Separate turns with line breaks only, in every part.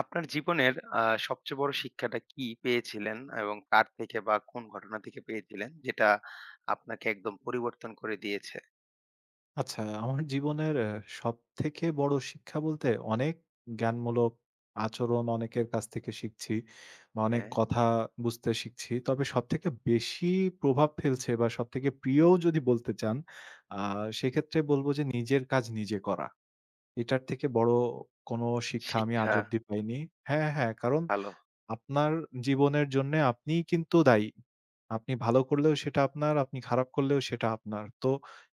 আপনার জীবনের সবচেয়ে বড় শিক্ষাটা কি পেয়েছিলেন? এবং কার থেকে বা কোন ঘটনা থেকে পেয়েছিলেন? যেটা আপনাকে একদম পরিবর্তন করে দিয়েছে?
আচ্ছা, আমার জীবনের সবথেকে বড় শিক্ষা বলতে অনেক জ্ঞানমূলক আচরণ অনেকের কাছ থেকে শিখছি বা অনেক
হ্যাঁ,
কথা বুঝতে শিখছি। তবে সবথেকে বেশি প্রভাব ফেলছে বা সবথেকে প্রিয় যদি বলতে চান, আ সেক্ষেত্রে বলব যে নিজের কাজ নিজে করা। এটার থেকে বড় কোনো শিক্ষা আমি আজ
শিক্ষা
অব্দি পাইনি। হ্যাঁ, হ্যাঁ, কারণ
ভালো।
আপনার জীবনের জন্যে আপনিই কিন্তু দায়ী। আপনি ভালো করলেও সেটা আপনার, আপনি খারাপ করলেও সেটা আপনার। তো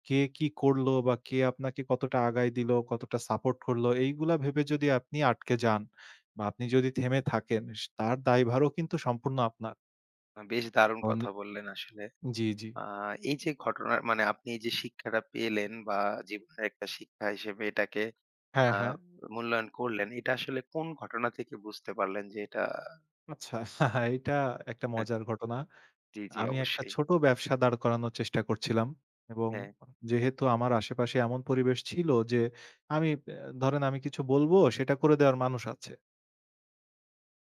কে কি করলো বা কে আপনাকে কতটা আগায় দিলো, কতটা সাপোর্ট করলো, এইগুলা ভেবে যদি আপনি আটকে যান বা আপনি যদি থেমে থাকেন, তার দায়ভারও কিন্তু সম্পূর্ণ আপনার।
বেশ দারুণ
অনি
কথা বললেন আসলে।
জি, জি।
আ এই যে ঘটনার মানে আপনি এই যে শিক্ষাটা পেলেন বা জীবনের একটা শিক্ষা হিসেবে এটাকে
হ্যাঁ,
আ
হ্যাঁ।
মূল্যায়ন করলেন, এটা আসলে কোন ঘটনা থেকে বুঝতে পারলেন যে এটা
আচ্ছা এইটা একটা
হ্যাঁ,
মজার ঘটনা।
জি, জি
আমি একটা
অবশ্যই।
ছোট ব্যবসা দাঁড় করানোর চেষ্টা করছিলাম এবং
হ্যাঁ,
যেহেতু আমার আশেপাশে এমন পরিবেশ ছিল যে আমি ধরেন আমি কিছু বলবো, সেটা করে দেওয়ার মানুষ আছে।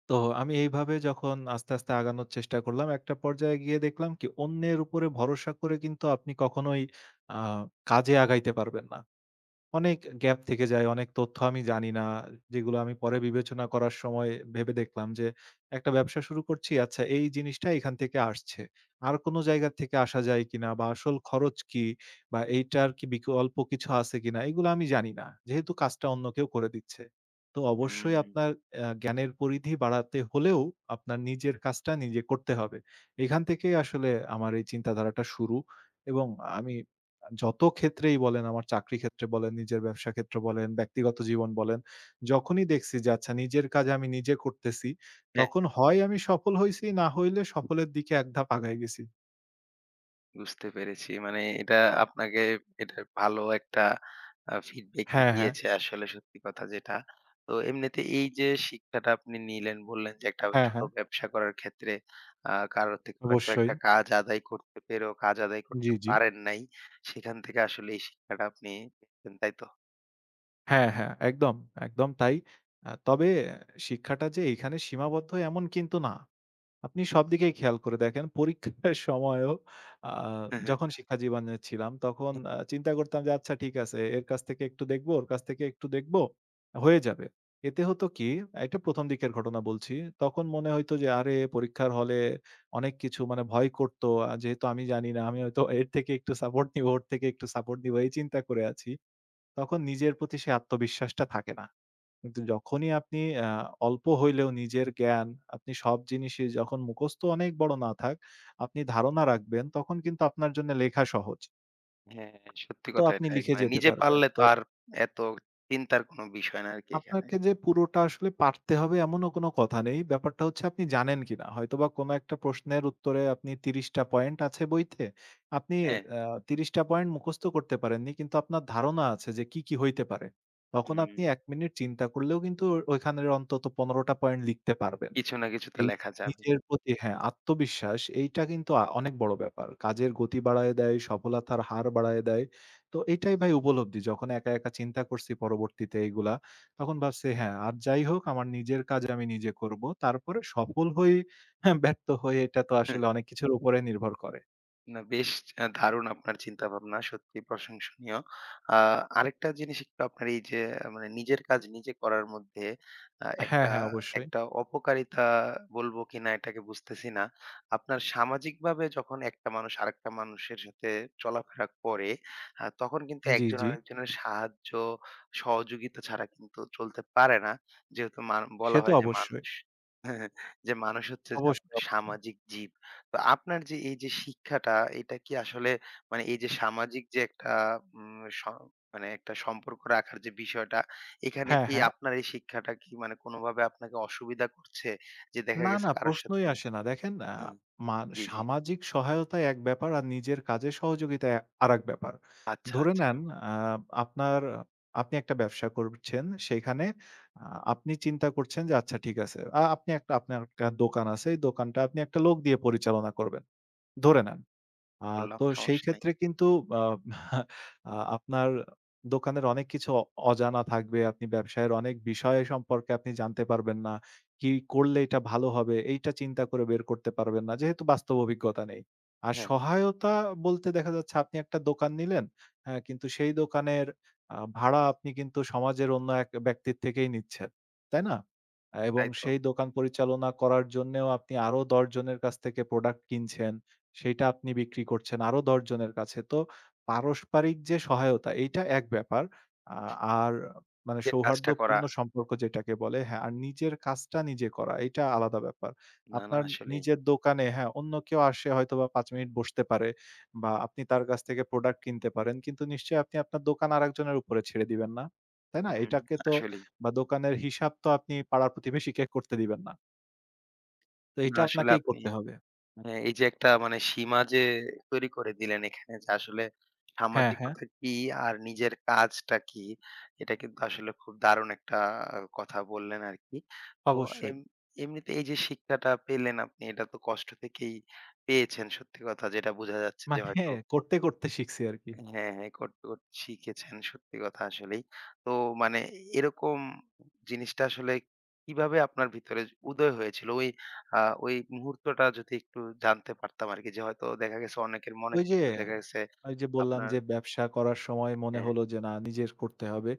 তো আমি এইভাবে যখন আস্তে, আস্তে আগানোর চেষ্টা করলাম, একটা পর্যায়ে গিয়ে দেখলাম কি অন্যের উপরে ভরসা করে কিন্তু আপনি কখনোই আ কাজে আগাইতে পারবেন না। অনেক গ্যাপ থেকে যায়। অনেক তথ্য আমি জানি না। যেগুলো আমি পরে বিবেচনা করার সময় ভেবে দেখলাম যে, একটা ব্যবসা শুরু করছি। আচ্ছা এই জিনিসটা এখান থেকে আসছে। আর কোন জায়গা থেকে আসা যায় কিনা বা আসল খরচ কি? বা এইটার কি বিকল্প কিছু আছে কিনা? এগুলো আমি জানি না। যেহেতু কাজটা অন্য কেউ করে দিচ্ছে। তো অবশ্যই
হুম।
আপনার জ্ঞানের পরিধি বাড়াতে হলেও আপনার নিজের কাজটা নিজে করতে হবে। এখান থেকেই আসলে আমার এই চিন্তাধারাটা শুরু এবং আমি যত ক্ষেত্রেই বলেন, আমার চাকরি ক্ষেত্রে বলেন, নিজের ব্যবসা ক্ষেত্র বলেন, ব্যক্তিগত জীবন বলেন, যখনই দেখছি যে আচ্ছা নিজের কাজ আমি নিজে করতেছি, তখন হয় আমি সফল হইছি, না হইলে সফলের দিকে এক ধাপ আগায় গেছি।
বুঝতে পেরেছি। মানে এটা আপনাকে এটা ভালো একটা ফিডব্যাকই
হ্যাঁ, হ্যাঁ।
দিয়েছে আসলে সত্যি কথা যেটা। তো এমনিতে এই যে শিক্ষাটা আপনি নিলেন বললেন যে একটা
হ্যাঁ,
ছোট
হ্যাঁ।
ব্যবসা করার ক্ষেত্রে কারো থেকে হয়তো
অবশ্যই।
একটা কাজ আদায় করতে পেরেও কাজ আদায়
জি,
করতে
জি।
পারেন নাই। সেখান থেকে আসলে এই শিক্ষাটা আপনি পেয়েছেন, তাই তো?
হ্যাঁ, হ্যাঁ। একদম, একদম তাই। তবে শিক্ষাটা যে এইখানে সীমাবদ্ধ এমন কিন্তু না। আপনি সবদিকেই খেয়াল করে দেখেন। পরীক্ষার সময়ও আ যখন শিক্ষাজীবনে ছিলাম তখন চিন্তা করতাম যে আচ্ছা ঠিক আছে এর কাছ থেকে একটু দেখব, ওর কাছ থেকে একটু দেখব, হয়ে যাবে। এতে হতো কি এটা ১ম দিকের ঘটনা বলছি। তখন মনে হইতো যে আরে পরীক্ষার হলে অনেক কিছু মানে ভয় করত। যেহেতু আমি জানি না আমি হয়তো এর থেকে একটু সাপোর্ট নিব, ওর থেকে একটু সাপোর্ট নিব এই চিন্তা করে আছি। তখন নিজের প্রতি সে আত্মবিশ্বাসটা থাকে না। কিন্তু যখনই আপনি আ অল্প হইলেও নিজের জ্ঞান, আপনি সব জিনিসই যখন মুখস্থ অনেক বড় না থাক, আপনি ধারণা রাখবেন, তখন কিন্তু আপনার জন্য লেখা সহজ।
হ্যাঁ, সত্যি
তো
কথা
আপনি
এটা। এক
লিখে
মানে
যেতে
নিজে
পারবেন।
পারলে তো
তো
আর এত চিন্তার কোনো বিষয় না আরকি এখানে।
আপনাকে যে পুরোটা আসলে পারতে হবে এমনও কোনো কথা নেই। ব্যাপারটা হচ্ছে আপনি জানেন কিনা? হয়তোবা কোনো একটা প্রশ্নের উত্তরে আপনি ৩০ টা পয়েন্ট আছে বইতে। আপনি
হ্যাঁ?
আ ৩০ টা পয়েন্ট মুখস্থ করতে পারেননি, কিন্তু আপনার ধারণা আছে যে কি, কি হইতে পারে। তখন
হুম,
আপনি ১ মিনিট চিন্তা করলেও কিন্তু ওইখানের অন্তত ১৫ টা পয়েন্ট লিখতে পারবেন।
কিছু না কিছু তো
এই
লেখা যাবে।
নিজের প্রতি হ্যাঁ, আত্মবিশ্বাস এইটা কিন্তু অনেক বড় ব্যাপার। কাজের গতি বাড়ায় দেয়, সফলতার হার বাড়ায় দেয়। তো এটাই ভাই উপলব্ধি। যখন একা, একা চিন্তা করছি পরবর্তীতে এইগুলা, তখন ভাবছি হ্যাঁ, আর যাই হোক আমার নিজের কাজ আমি নিজে করব। তারপরে সফল হই, হ্যাঁ, ব্যর্থ হই এটা তো আসলে অনেক কিছুর উপরে নির্ভর করে।
না বেশ দারুণ আপনার চিন্তাভাবনা। সত্যিই প্রশংসনীয়। আ আরেকটা জিনিস একটু আপনার এই যে আহ, মানে নিজের কাজ নিজে করার মধ্যে
হ্যাঁ,
একটা
হ্যাঁ, অবশ্যই।
একটা অপকারিতা বলব কিনা এটাকে বুঝতেছি না। আপনার সামাজিকভাবে যখন একটা মানুষ আরেকটা মানুষের সাথে চলাফেরা করে, তখন কিন্তু
জি,
একজন
জি।
আরেকজনের সাহায্য, সহযোগিতা ছাড়া কিন্তু চলতে পারে না। যেহেতু মান
সে
বলা
তো
হয় যে
অবশ্যই।
মানুষ যে মানুষ হচ্ছে যে
অবশ্যই,
আপনার
অবশ্যই।
সামাজিক জীব। তো আপনার যে এই যে শিক্ষাটা, এটা কি আসলে মানে এই যে সামাজিক যে একটা উম স মানে একটা সম্পর্ক রাখার যে বিষয়টা, এখানে
হ্যাঁ,
কি
হ্যাঁ।
আপনার এই শিক্ষাটা কি মানে কোনোভাবে আপনাকে অসুবিধা করছে? যে দেখা
না,
গেছে
না
কারো
প্রশ্নই
সাথে
আসে না। দেখেন আ
হুম,
মা
জি, জি।
সামাজিক সহায়তা এক ব্যাপার আর নিজের কাজে সহযোগিতা আরেক ব্যাপার।
আচ্ছা,
ধরে
আচ্ছা।
নেন আ আপনার আপনি একটা ব্যবসা করছেন সেইখানে আ আপনি চিন্তা করছেন যে আচ্ছা ঠিক আছে। আপনি একটা আপনার একটা দোকান আছে। এই দোকানটা আপনি একটা লোক দিয়ে পরিচালনা করবেন। ধরে নেন। আ
বললাম
তো সেই
সমস্যা নাই।
ক্ষেত্রে কিন্তু আ আ আপনার দোকানের অনেক কিছু অজানা থাকবে। আপনি ব্যবসায়ের অনেক বিষয় সম্পর্কে আপনি জানতে পারবেন না। কি করলে এটা ভালো হবে, এইটা চিন্তা করে বের করতে পারবেন না। যেহেতু বাস্তব অভিজ্ঞতা নেই। আর
হ্যাঁ,
সহায়তা বলতে দেখা যাচ্ছে আপনি একটা দোকান নিলেন, হ্যাঁ? কিন্তু সেই দোকানের ভাড়া আপনি কিন্তু সমাজের অন্য এক ব্যক্তির থেকেই নিচ্ছেন। তাই না? এবং
তাই তো।
সেই দোকান পরিচালনা করার জন্যেও আপনি আরো ১০ জনের কাছ থেকে প্রোডাক্ট কিনছেন। সেইটা আপনি বিক্রি করছেন আরো ১০ জনের কাছে। তো পারস্পরিক যে সহায়তা এইটা এক ব্যাপার। আ আর মানে
নিজের কাজটা করা।
সৌহার্দ্যপূর্ণ সম্পর্ক যেটাকে বলে হ্যাঁ, আর নিজের কাজটা নিজে করা এইটা আলাদা ব্যাপার।
না, না
আপনার
আসলেই।
নিজের দোকানে হ্যাঁ, অন্য কেউ আসে হয়তোবা ৫ মিনিট বসতে পারে বা আপনি তার কাছ থেকে প্রোডাক্ট কিনতে পারেন। কিন্তু নিশ্চয়ই আপনি আপনার দোকান আরেকজনের উপরে ছেড়ে দিবেন না। তাই না?
হুম,
এটাকে তো
আসলেই।
বা দোকানের হিসাব তো আপনি পাড়া প্রতিবেশীকে করতে দিবেন না। তো
না
এটা
আসলে
আপনাকেই
আপনি
করতে হবে।
হ্যাঁ, এই যে একটা মানে সীমা যে তৈরি করে দিলেন এখানে যে আসলে
হ্যাঁ, হ্যাঁ,
সামাজিকতা কি আর নিজের কাজটা কি এটা কিন্তু আসলে খুব দারুণ একটা কথা বললেন আর কি। তো
অবশ্যই।
এম এমনিতে এই যে শিক্ষাটা পেলেন আপনি এটা তো কষ্ট থেকেই পেয়েছেন সত্যি কথা যেটা বোঝা যাচ্ছে যে
মানে
হয়তো
করতে, করতে শিখছি আরকি।
হ্যাঁ, হ্যাঁ, করতে, করতে শিখেছেন সত্যি কথা আসলেই। তো মানে এরকম জিনিসটা আসলে কিভাবে আপনার ভিতরে উদয় হয়েছিল? ওই আ ওই মুহূর্তটা যদি একটু জানতে পারতাম আরকি যে হয়তো দেখা গেছে অনেকের মনে
ওই যে,
কিন্তু দেখা গেছে
ওই যে বললাম
আপনার
যে ব্যবসা করার সময় মনে
হ্যাঁ,
হলো যে না নিজের করতে হবে।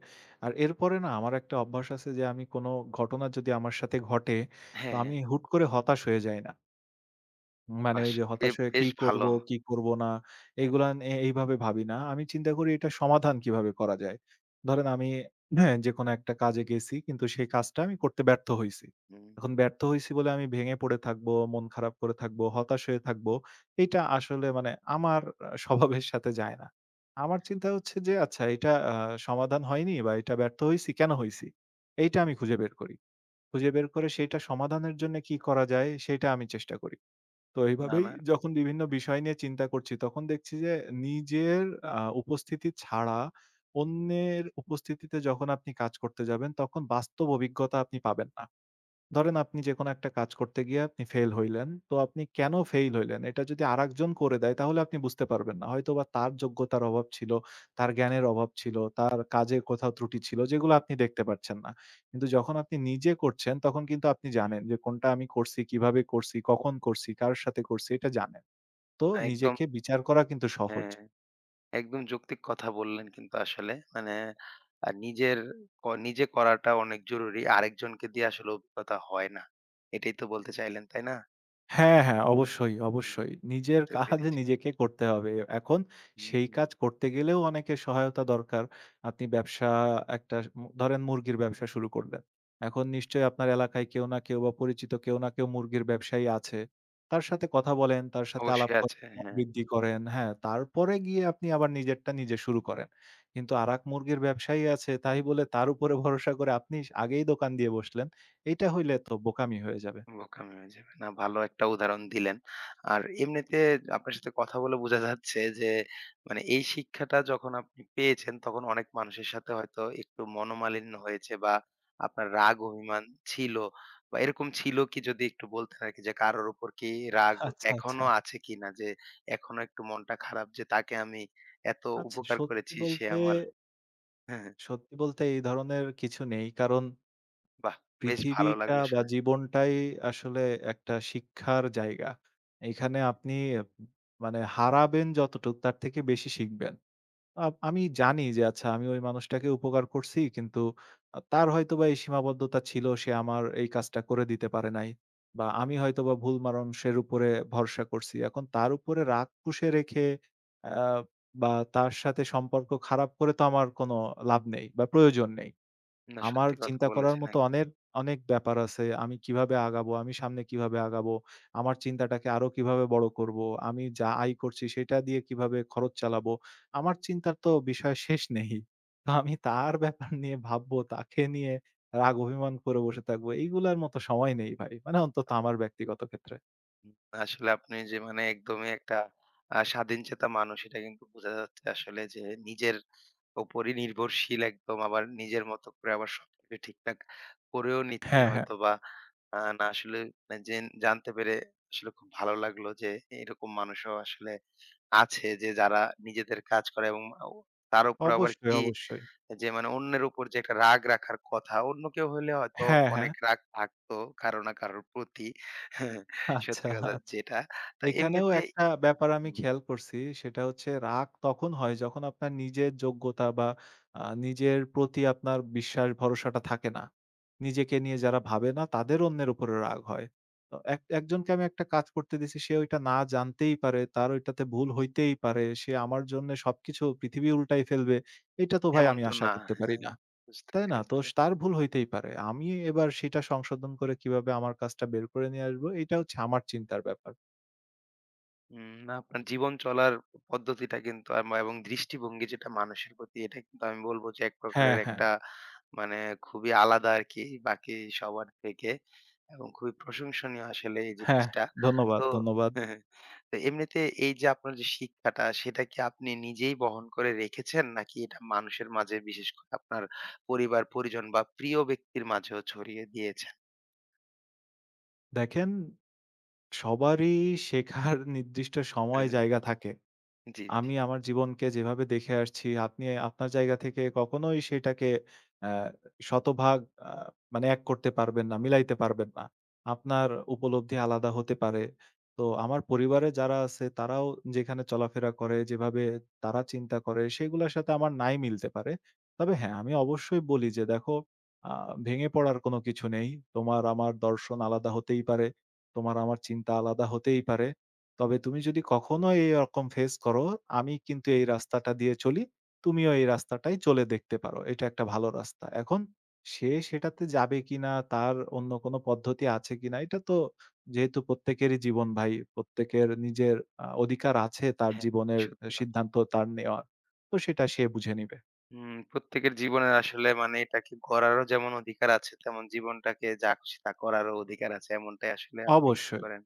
আর এরপরে না আমার একটা অভ্যাস আছে যে আমি কোনো ঘটনা যদি আমার সাথে ঘটে, তো
হ্যাঁ,
আমি হুট করে হতাশ হয়ে যাই না। মানে
বাহ!
ওই যে
বে
হতাশ হয়ে কি
বেশ
করব,
ভালো।
কি করব না
হ্যাঁ,
এগুলা এইভাবে ভাবি না। আমি চিন্তা করি এটার সমাধান কিভাবে করা যায়। ধরেন আমি হ্যাঁ, যেকোনো একটা কাজে গেছি কিন্তু সেই কাজটা আমি করতে ব্যর্থ হইছি।
হুম।
এখন ব্যর্থ হইছি বলে আমি ভেঙে পড়ে থাকবো, মন খারাপ করে থাকবো, হতাশ হয়ে থাকবো। এটা আসলে মানে আমার স্বভাবের সাথে যায় না। আমার চিন্তা হচ্ছে যে আচ্ছা এটা সমাধান হয়নি বা এটা ব্যর্থ হইছি, কেন হইছি? এইটা আমি খুঁজে বের করি। খুঁজে বের করে সেইটা সমাধানের জন্য কি করা যায় সেইটা আমি চেষ্টা করি। তো
না,
এইভাবেই
না
যখন বিভিন্ন বিষয় নিয়ে চিন্তা করছি, তখন দেখছি যে নিজের উপস্থিতি ছাড়া অন্যের উপস্থিতিতে যখন আপনি কাজ করতে যাবেন, তখন বাস্তব অভিজ্ঞতা আপনি পাবেন না। ধরেন আপনি যেকোনো একটা কাজ করতে গিয়ে আপনি ফেইল হইলেন। তো আপনি কেন ফেইল হইলেন? এটা যদি আরেকজন করে দেয় তাহলে আপনি বুঝতে পারবেন না। হয়তোবা তার যোগ্যতার অভাব ছিল, তার জ্ঞানের অভাব ছিল, তার কাজে কোথাও ত্রুটি ছিল যেগুলো আপনি দেখতে পাচ্ছেন না। কিন্তু যখন আপনি নিজে করছেন তখন কিন্তু আপনি জানেন যে কোনটা আমি করছি, কিভাবে করছি, কখন করছি, কার সাথে করছি এটা জানেন। তো
একদম
নিজেকে বিচার করা কিন্তু সহজ।
হ্যাঁ। একদম যৌক্তিক কথা বললেন কিন্তু আসলে। মানে নিজের নিজে করাটা অনেক জরুরি। আরেকজনকে দিয়ে আসলে অভিজ্ঞতা হয় না। এটাই তো বলতে চাইলেন, তাই না?
হ্যাঁ, হ্যাঁ, অবশ্যই, অবশ্যই।
হুম।
নিজের
বুঝতে
কাজ
পেরেছি।
নিজেকে করতে হবে। এখন
হুম,
সেই
হুম।
কাজ করতে গেলেও অনেকের সহায়তা দরকার। আপনি ব্যবসা একটা স ধরেন মুরগির ব্যবসা শুরু করলেন। এখন নিশ্চয়ই আপনার এলাকায় কেউ না কেউ বা পরিচিত কেউ না কেউ মুরগির ব্যবসায়ী আছে। তার সাথে কথা বলেন, তার সাথে আলাপ
অবশ্যই
করেন,
আছে,
দাম
হ্যাঁ।
বৃদ্ধি করেন, হ্যাঁ? তারপরে গিয়ে আপনি আবার নিজেরটা নিজে শুরু করেন। কিন্তু আরেক মুরগির ব্যবসায়ী আছে, তাই বলে তার উপরে ভরসা করে আপনি আগেই দোকান দিয়ে বসলেন। এইটা হইলে তো বোকামি হয়ে যাবে।
বোকামি হয়ে যাবে। না ভালো একটা উদাহরণ দিলেন। আর এমনিতে আপনার সাথে কথা বলে বোঝা যাচ্ছে যে মানে এই শিক্ষাটা যখন আপনি পেয়েছেন তখন অনেক মানুষের সাথে হয়তো একটু মনোমালিন্য হয়েছে বা আপনার রাগ অভিমান ছিল বা এরকম ছিল কি যদি একটু বলতেন আরকি যে কারোর উপর কি রাগ
আচ্ছা, আচ্ছা।
এখনো আছে কিনা? যে এখনো একটু মনটা খারাপ যে তাকে আমি এত
আচ্ছা,
উপকার করেছি সে আমার হ্যাঁ, হ্যাঁ,
সত্যি বলতে এই ধরনের কিছু নেই। কারণ
বাহ! বেশ ভালো
পৃথিবীটা
লাগলো
বা
শুনে।
জীবনটাই আসলে একটা শিক্ষার জায়গা। এখানে আপনি মানে হারাবেন যতটুক তার থেকে বেশি শিখবেন। আমি জানি যে আচ্ছা আমি ওই মানুষটাকে উপকার করছি কিন্তু তার হয়তোবা এই সীমাবদ্ধতা ছিল সে আমার এই কাজটা করে দিতে পারে নাই। বা আমি হয়তোবা ভুল মানুষের উপরে ভরসা করছি। এখন তার উপরে রাগ পুষে রেখে আ বা তার সাথে সম্পর্ক খারাপ করে তো আমার কোনো লাভ নেই বা প্রয়োজন নেই।
না
আমার
সত্যি কথা
চিন্তা করার
বলেছেন।
মতো অনেক, অনেক ব্যাপার আছে। আমি কিভাবে আগাবো, আমি সামনে কিভাবে আগাবো, আমার চিন্তাটাকে আরো কিভাবে বড় করব, আমি যা আয় করছি সেটা দিয়ে কিভাবে খরচ চালাবো। আমার চিন্তার তো বিষয় শেষ নেই। তো আমি তার ব্যাপার নিয়ে ভাববো, তাকে নিয়ে রাগ অভিমান করে বসে থাকবো। এইগুলার মতো সময় নেই ভাই। মানে অন্তত আমার ব্যক্তিগত ক্ষেত্রে।
আসলে আপনি যে মানে একদমই একটা স্বাধীনচেতা মানুষ এটা কিন্তু বোঝা যাচ্ছে আসলে যে নিজের উপরই নির্ভরশীল একদম আবার নিজের মতো করে আবার সবকিছু ঠিকঠাক করেও নিচ্ছেন
হ্যাঁ, হ্যাঁ।
হয়তোবা। না আসলে মানে জানতে পেরে আসলে খুব ভালো লাগলো যে এরকম মানুষও আসলে আছে যে যারা নিজেদের কাজ করে এবং আও তার উপর আবার
অবশ্যই,
কি
অবশ্যই।
যে মানে অন্যের উপর যে একটা রাগ রাখার কথা, অন্য কেউ হইলে হয়তো
হ্যাঁ, হ্যাঁ।
অনেক রাগ থাকতো কারো না কারোর প্রতি।
আচ্ছা,
সত্যি কথা
আচ্ছা।
যেটা। তো
এখানেও
এমনিতে
একটা ব্যাপার আমি
হুম,
খেয়াল করছি। সেটা হচ্ছে রাগ তখন হয় যখন আপনার নিজের যোগ্যতা বা নিজের প্রতি আপনার বিশ্বাস ভরসাটা থাকে না। নিজেকে নিয়ে যারা ভাবে না তাদের অন্যের উপরে রাগ হয়। তো এক একজনকে আমি একটা কাজ করতে দিছি সে ওইটা না জানতেই পারে, তার ওইটাতে ভুল হইতেই পারে। সে আমার জন্যে সবকিছু পৃথিবী উল্টায় ফেলবে। এটা তো ভাই
এমন
আমি
তো
আশা
না।
করতে পারি
হ্যাঁ,
না।
বুঝতে
তাই না? তো
পেরেছি।
তার ভুল হইতেই পারে। আমি এবার সেটা সংশোধন করে কিভাবে আমার কাজটা বের করে নিয়ে আসবো এটা হচ্ছে আমার চিন্তার ব্যাপার।
হুম, না আপনার জীবন চলার পদ্ধতিটা কিন্তু এবং দৃষ্টিভঙ্গি যেটা মানুষের প্রতি এটা কিন্তু আমি বলব যে এক
হ্যাঁ,
প্রকারের
হ্যাঁ।
একটা মানে খুবই আলাদা আরকি বাকি সবার থেকে এবং খুবই প্রশংসনীয় আসলে এই
হ্যাঁ,
জিনিসটা।
ধন্যবাদ,
তো
ধন্যবাদ।
হ্যাঁ, হ্যাঁ। তো এমনিতে এই যে আপনার যে শিক্ষাটা সেটা কি আপনি নিজেই বহন করে রেখেছেন? নাকি এটা মানুষের মাঝে বিশেষ করে আপনার পরিবার, পরিজন বা প্রিয় ব্যক্তির মাঝেও ছড়িয়ে দিয়েছেন?
দেখেন সবারই শেখার নির্দিষ্ট সময় জায়গা থাকে।
জি, জি।
আমি আমার জীবনকে যেভাবে দেখে আসছি, আপনি আপনার জায়গা থেকে কখনোই সেটাকে অ্যা শতভাগ আ মানে এক করতে পারবেন না, মিলাইতে পারবেন না। আপনার উপলব্ধি আলাদা হতে পারে। তো আমার পরিবারে যারা আছে তারাও যেখানে চলাফেরা করে, যেভাবে তারা চিন্তা করে সেগুলার সাথে আমার নাই মিলতে পারে। তবে হ্যাঁ, আমি অবশ্যই বলি যে, "দেখো আ ভেঙে পড়ার কোনো কিছু নেই। তোমার আমার দর্শন আলাদা হতেই পারে। তোমার আমার চিন্তা আলাদা হতেই পারে। তবে তুমি যদি কখনো এইরকম ফেস করো, আমি কিন্তু এই রাস্তাটা দিয়ে চলি। তুমিও এই রাস্তাটাই চলে দেখতে পারো। এটা একটা ভালো রাস্তা। এখন সে সেটাতে যাবে কিনা, তার অন্য কোনো পদ্ধতি আছে কিনা, এটা তো যেহেতু প্রত্যেকেরই জীবন ভাই, প্রত্যেকের নিজের অধিকার আছে তার
হ্যাঁ,
জীবনের
সত্যি কথা।
সিদ্ধান্ত তার নেওয়ার। তো সেটা সে বুঝে নিবে।
হুম, প্রত্যেকের জীবনের আসলে মানে এটাকে গড়ারও যেমন অধিকার আছে, তেমন জীবনটাকে যা খুশি তা করারও অধিকার আছে। এমনটাই আসলে আপনি মনে
অবশ্যই।
করেন।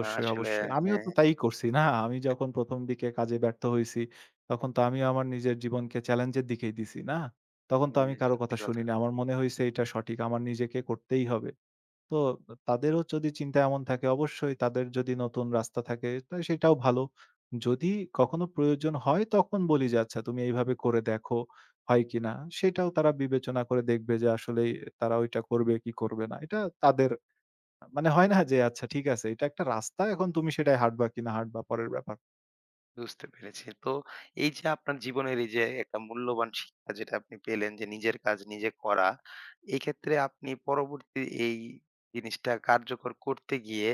না আসলে
অবশ্যই। আমিও তো
হ্যাঁ,
তাই করছি না? আমি যখন ১ম দিকে কাজে ব্যর্থ হইছি, তখন তো আমিও আমার নিজের জীবনকে চ্যালেঞ্জের দিকেই দিছি, না? তখন তো আমি
হ্যাঁ,
কারো
সত্যি
কথা
কথা।
শুনিনি। আমার মনে হইছে এটা সঠিক, আমার নিজেকে করতেই হবে। তো তাদেরও যদি চিন্তা এমন থাকে অবশ্যই তাদের যদি নতুন রাস্তা থাকে তা সেটাও ভালো। যদি কখনো প্রয়োজন হয় তখন বলি যে, "আচ্ছা তুমি এইভাবে করে দেখো হয় কিনা?" সেটাও তারা বিবেচনা করে দেখবে যে আসলেই তারা ওইটা করবে কি করবে না। এটা তাদের মানে হয় না যে আচ্ছা ঠিক আছে এটা একটা রাস্তা এখন তুমি সেটায় হাঁটবা কিনা হাঁটবা পরের ব্যাপার।
বুঝতে পেরেছি। তো এই যে আপনার জীবনের এই যে একটা মূল্যবান শিক্ষা যেটা আপনি পেলেন যে নিজের কাজ নিজে করা, এই ক্ষেত্রে আপনি পরবর্তী এই জিনিসটা কার্যকর করতে গিয়ে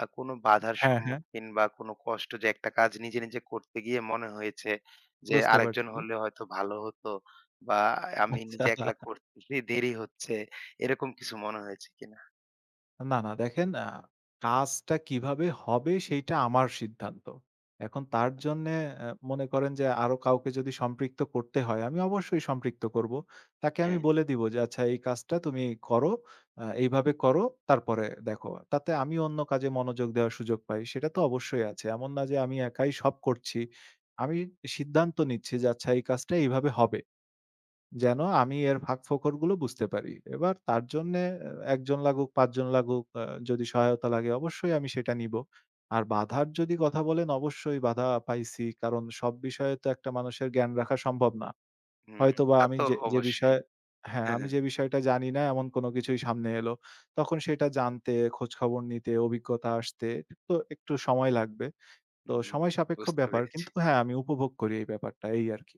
কোনো বাধার
হ্যাঁ, হ্যাঁ।
সম্মুখীন বা কোনো কষ্ট যে একটা কাজ নিজে, নিজে করতে গিয়ে মনে হয়েছে যে
বুঝতে
আরেকজন
পারছি।
হলে হয়তো ভালো হতো বা আমি
আচ্ছা।
নিজে একলা করতেছি দেরি হচ্ছে, এরকম কিছু মনে হয়েছে কিনা?
না, না দেখেন কাজটা কিভাবে হবে সেইটা আমার সিদ্ধান্ত। এখন তার জন্যে মনে করেন যে আরো কাউকে যদি সম্পৃক্ত করতে হয়, আমি অবশ্যই সম্পৃক্ত করব। তাকে আমি
হ্যাঁ,
বলে দিব যে, "আচ্ছা এই কাজটা তুমি করো, এইভাবে করো, তারপরে দেখো।" তাতে আমি অন্য কাজে মনোযোগ দেওয়ার সুযোগ পাই। সেটা তো অবশ্যই আছে। এমন না যে আমি একাই সব করছি। আমি সিদ্ধান্ত নিচ্ছি যে, "আচ্ছা এই কাজটা এইভাবে হবে।" যেন আমি এর ফাঁকফোকরগুলো বুঝতে পারি। এবার তার জন্যে ১ জন লাগুক, ৫ জন লাগুক, যদি সহায়তা লাগে অবশ্যই আমি সেটা নিব। আর বাধার যদি কথা বলেন অবশ্যই বাধা পাইছি। কারণ সব বিষয়ে তো একটা মানুষের জ্ঞান রাখা সম্ভব না।
হুম,
হয়তোবা
তা
আমি
তো
যে
অবশ্যই।
বিষয়ে হ্যাঁ,
হ্যাঁ,
আমি
হ্যাঁ,
যে বিষয়টা জানি না এমন কোনো কিছুই সামনে এলো। তখন সেটা জানতে, খোঁজখবর নিতে, অভিজ্ঞতা আসতে তো একটু সময় লাগবে। তো
হুম,
সময় সাপেক্ষ
বুঝতে
ব্যাপার।
পেরেছি।
কিন্তু হ্যাঁ, আমি উপভোগ করি এই ব্যাপারটা এই আরকি।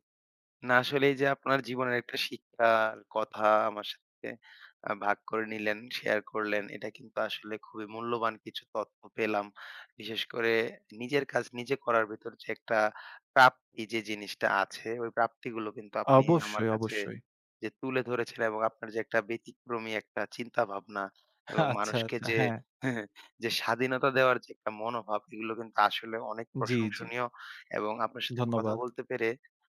না আসলে এই যে আপনার জীবনের একটা শিক্ষার কথা আমার সাথে আহ, ভাগ করে নিলেন শেয়ার করলেন এটা কিন্তু আসলে খুবই মূল্যবান কিছু তথ্য পেলাম বিশেষ করে নিজের কাজ নিজে করার ভিতর যে একটা প্রাপ্তি যে জিনিসটা আছে ওই প্রাপ্তিগুলো কিন্তু আপনি আমার
অবশ্যই,
কাছে
অবশ্যই।
যে তুলে ধরেছেন এবং আপনার যে একটা ব্যতিক্রমী একটা চিন্তা ভাবনা এবং
আচ্ছা,
মানুষকে
আচ্ছা।
যে
হ্যাঁ।
যে স্বাধীনতা দেওয়ার যে একটা মনোভাব এগুলো কিন্তু আসলে অনেক
জি, জি।
প্রশংসনীয় এবং আপনার সাথে কথা
ধন্যবাদ।
বলতে পেরে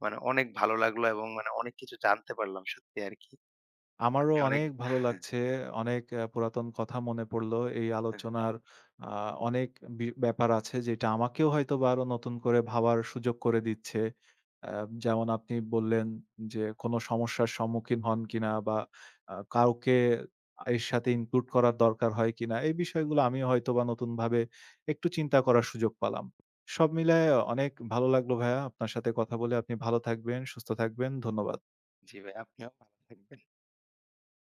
মানে অনেক ভালো লাগলো এবং মানে অনেক কিছু জানতে পারলাম সত্যি আর কি।
আমারও
আপনি অনেক
অনেক ভালো লাগছে। অনেক পুরাতন কথা মনে পড়লো। এই আলোচনার আ অনেক ব্যাপার আছে যেটা আমাকেও হয়তোবা আরো নতুন করে ভাবার সুযোগ করে দিচ্ছে। অ্যা যেমন আপনি বললেন যে, "কোনো সমস্যার সম্মুখীন হন কিনা বা কাউকে এর সাথে ইনক্লুড করার দরকার হয় কিনা?" এই বিষয়গুলো আমিও হয়তোবা নতুনভাবে একটু চিন্তা করার সুযোগ পালাম। সব মিলায়ে অনেক ভালো লাগলো ভাইয়া আপনার সাথে কথা বলে। আপনি ভালো থাকবেন, সুস্থ থাকবেন। ধন্যবাদ।
জি ভাই, আপনিও ভালো থাকবেন।